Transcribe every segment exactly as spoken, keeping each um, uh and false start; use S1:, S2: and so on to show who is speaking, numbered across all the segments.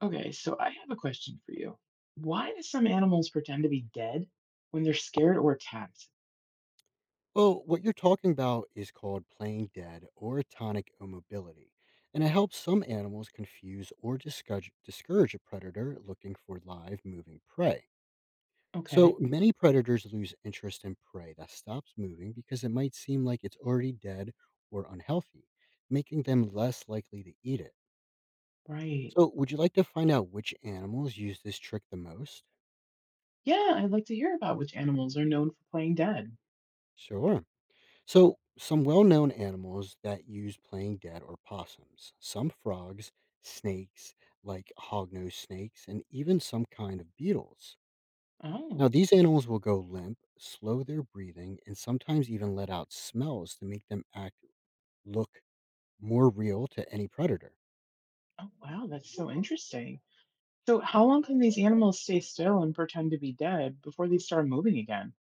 S1: Okay, so I have a question for you. Why do some animals pretend to be dead when they're scared or attacked?
S2: Well, what you're talking about is called playing dead or tonic immobility, and it helps some animals confuse or discourage, discourage a predator looking for live moving prey. So
S1: Okay,
S2: many predators lose interest in prey that stops moving because it might seem like it's already dead or unhealthy, making them less likely to eat it.
S1: right.
S2: So, would you like to find out which animals use this trick the most?
S1: Yeah, I'd like to hear about which animals are known for playing dead.
S2: Sure. So, some well known animals that use playing dead are possums, some frogs, snakes like hognose snakes, and even some kind of beetles. Now,
S1: Oh,
S2: these animals will go limp, slow their breathing, and sometimes even let out smells to make them act look more real to any predator.
S1: oh wow, that's so interesting. So, how long can these animals stay still and pretend to be dead before they start moving again?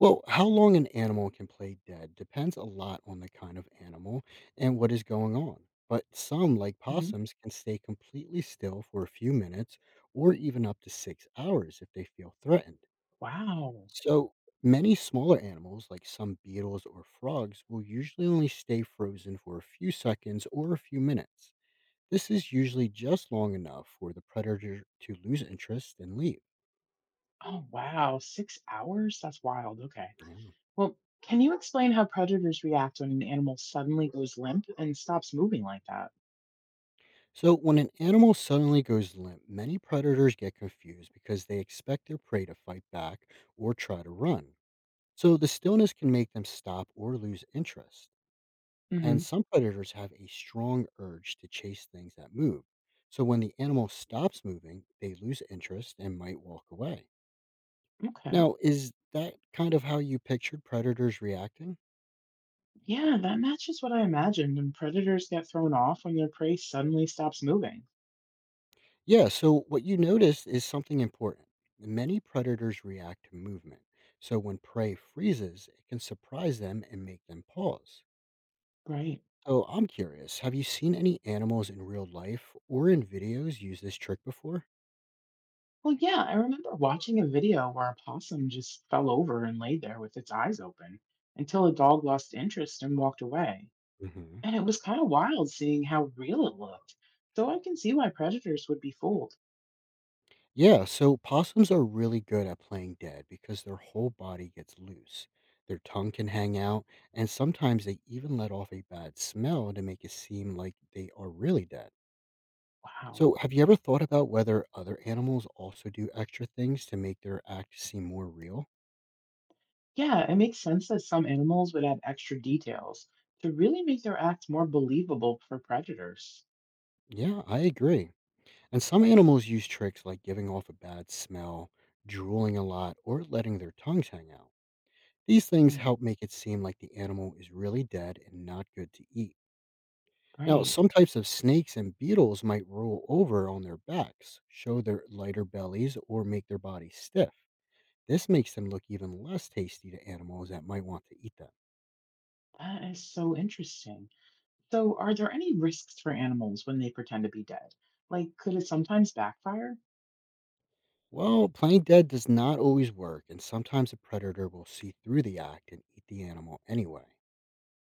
S2: Well, how long an animal can play dead depends a lot on the kind of animal and what is going on. But some, like
S1: Hmm.
S2: possums, can stay completely still for a few minutes or even up to six hours if they feel threatened.
S1: Wow.
S2: So, many smaller animals, like some beetles or frogs, will usually only stay frozen for a few seconds or a few minutes. This is usually just long enough for the predator to lose interest and leave.
S1: Oh, wow. Six hours? That's wild. Okay.
S2: Yeah.
S1: Well, can you explain how predators react when an animal suddenly goes limp and stops moving like that?
S2: So, when an animal suddenly goes limp, many predators get confused because they expect their prey to fight back or try to run. So, the stillness can make them stop or lose interest. And
S1: Hmm.
S2: some predators have a strong urge to chase things that move. So, when the animal stops moving, they lose interest and might walk away.
S1: Okay.
S2: Now, is that kind of how you pictured predators reacting?
S1: Yeah, that matches what I imagined, and predators get thrown off when their prey suddenly stops moving.
S2: Yeah, so what you notice is something important. Many predators react to movement. So when prey freezes, it can surprise them and make them pause.
S1: Right.
S2: So I'm curious, have you seen any animals in real life or in videos use this trick before?
S1: Well, yeah, I remember watching a video where a possum just fell over and laid there with its eyes open until a dog lost interest and walked away.
S2: Hmm.
S1: And it was kind of wild seeing how real it looked. So I can see why predators would be fooled.
S2: Yeah, so possums are really good at playing dead because their whole body gets loose. Their tongue can hang out, and sometimes they even let off a bad smell to make it seem like they are really dead.
S1: Wow.
S2: So, have you ever thought about whether other animals also do extra things to make their act seem more real?
S1: Yeah, it makes sense that some animals would add extra details to really make their act more believable for predators.
S2: Yeah, I agree. And some animals use tricks like giving off a bad smell, drooling a lot, or letting their tongues hang out. These things
S1: Hmm.
S2: help make it seem like the animal is really dead and not good to eat. Now,
S1: Right.
S2: some types of snakes and beetles might roll over on their backs, show their lighter bellies, or make their bodies stiff. This makes them look even less tasty to animals that might want to eat them.
S1: That is so interesting. So, are there any risks for animals when they pretend to be dead? Like, could it sometimes backfire?
S2: Well, playing dead does not always work, and sometimes a predator will see through the act and eat the animal anyway.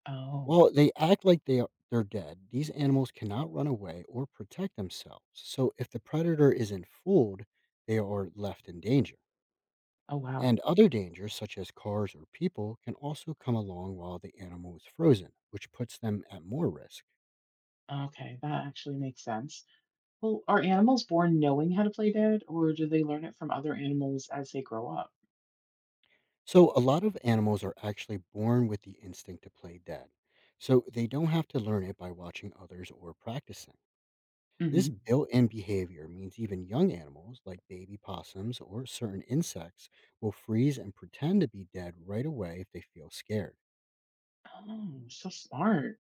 S1: Oh,
S2: While they act like they are, they're dead, these animals cannot run away or protect themselves. So if the predator isn't fooled, they are left in danger.
S1: oh, wow.
S2: And other dangers, such as cars or people, can also come along while the animal is frozen, which puts them at more risk.
S1: Okay, that actually makes sense. Well, are animals born knowing how to play dead, or do they learn it from other animals as they grow up?
S2: So a lot of animals are actually born with the instinct to play dead. So they don't have to learn it by watching others or practicing. This
S1: Hmm.
S2: built in behavior means even young animals, like baby possums or certain insects, will freeze and pretend to be dead right away if they feel scared.
S1: Oh, so smart.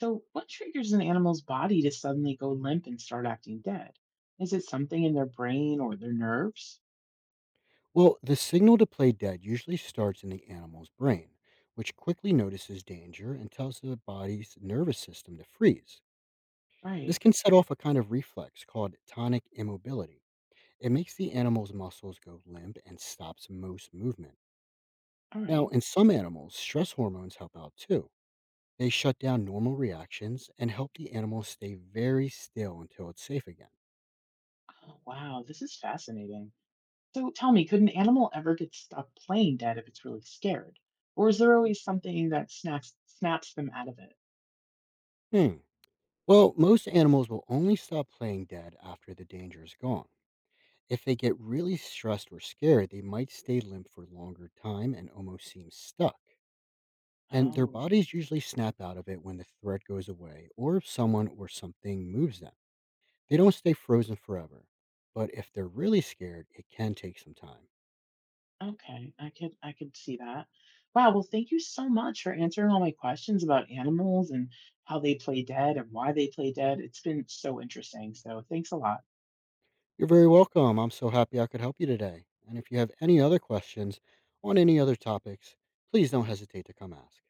S1: So, what triggers an animal's body to suddenly go limp and start acting dead? Is it something in their brain or their nerves?
S2: Well, the signal to play dead usually starts in the animal's brain, which quickly notices danger and tells the body's nervous system to freeze. This
S1: Right.
S2: can set off a kind of reflex called tonic immobility. It makes the animal's muscles go limp and stops most movement.
S1: All
S2: Now,
S1: right.
S2: in some animals, stress hormones help out too. They shut down normal reactions and help the animal stay very still until it's safe again.
S1: Oh, wow. This is fascinating. So tell me, could an animal ever get stuck playing dead if it's really scared? Or is there always something that snaps snaps them out of it?
S2: Hmm. Well, most animals will only stop playing dead after the danger is gone. If they get really stressed or scared, they might stay limp for longer time and almost seem stuck. And their
S1: Oh,
S2: bodies usually snap out of it when the threat goes away or if someone or something moves them. They don't stay frozen forever, but if they're really scared, it can take some time.
S1: okay. I could I could see that. Wow, well thank you so much for answering all my questions about animals and how they play dead and why they play dead. It's been so interesting. So thanks a lot.
S2: You're very welcome. I'm so happy I could help you today. And if you have any other questions on any other topics, please don't hesitate to come ask.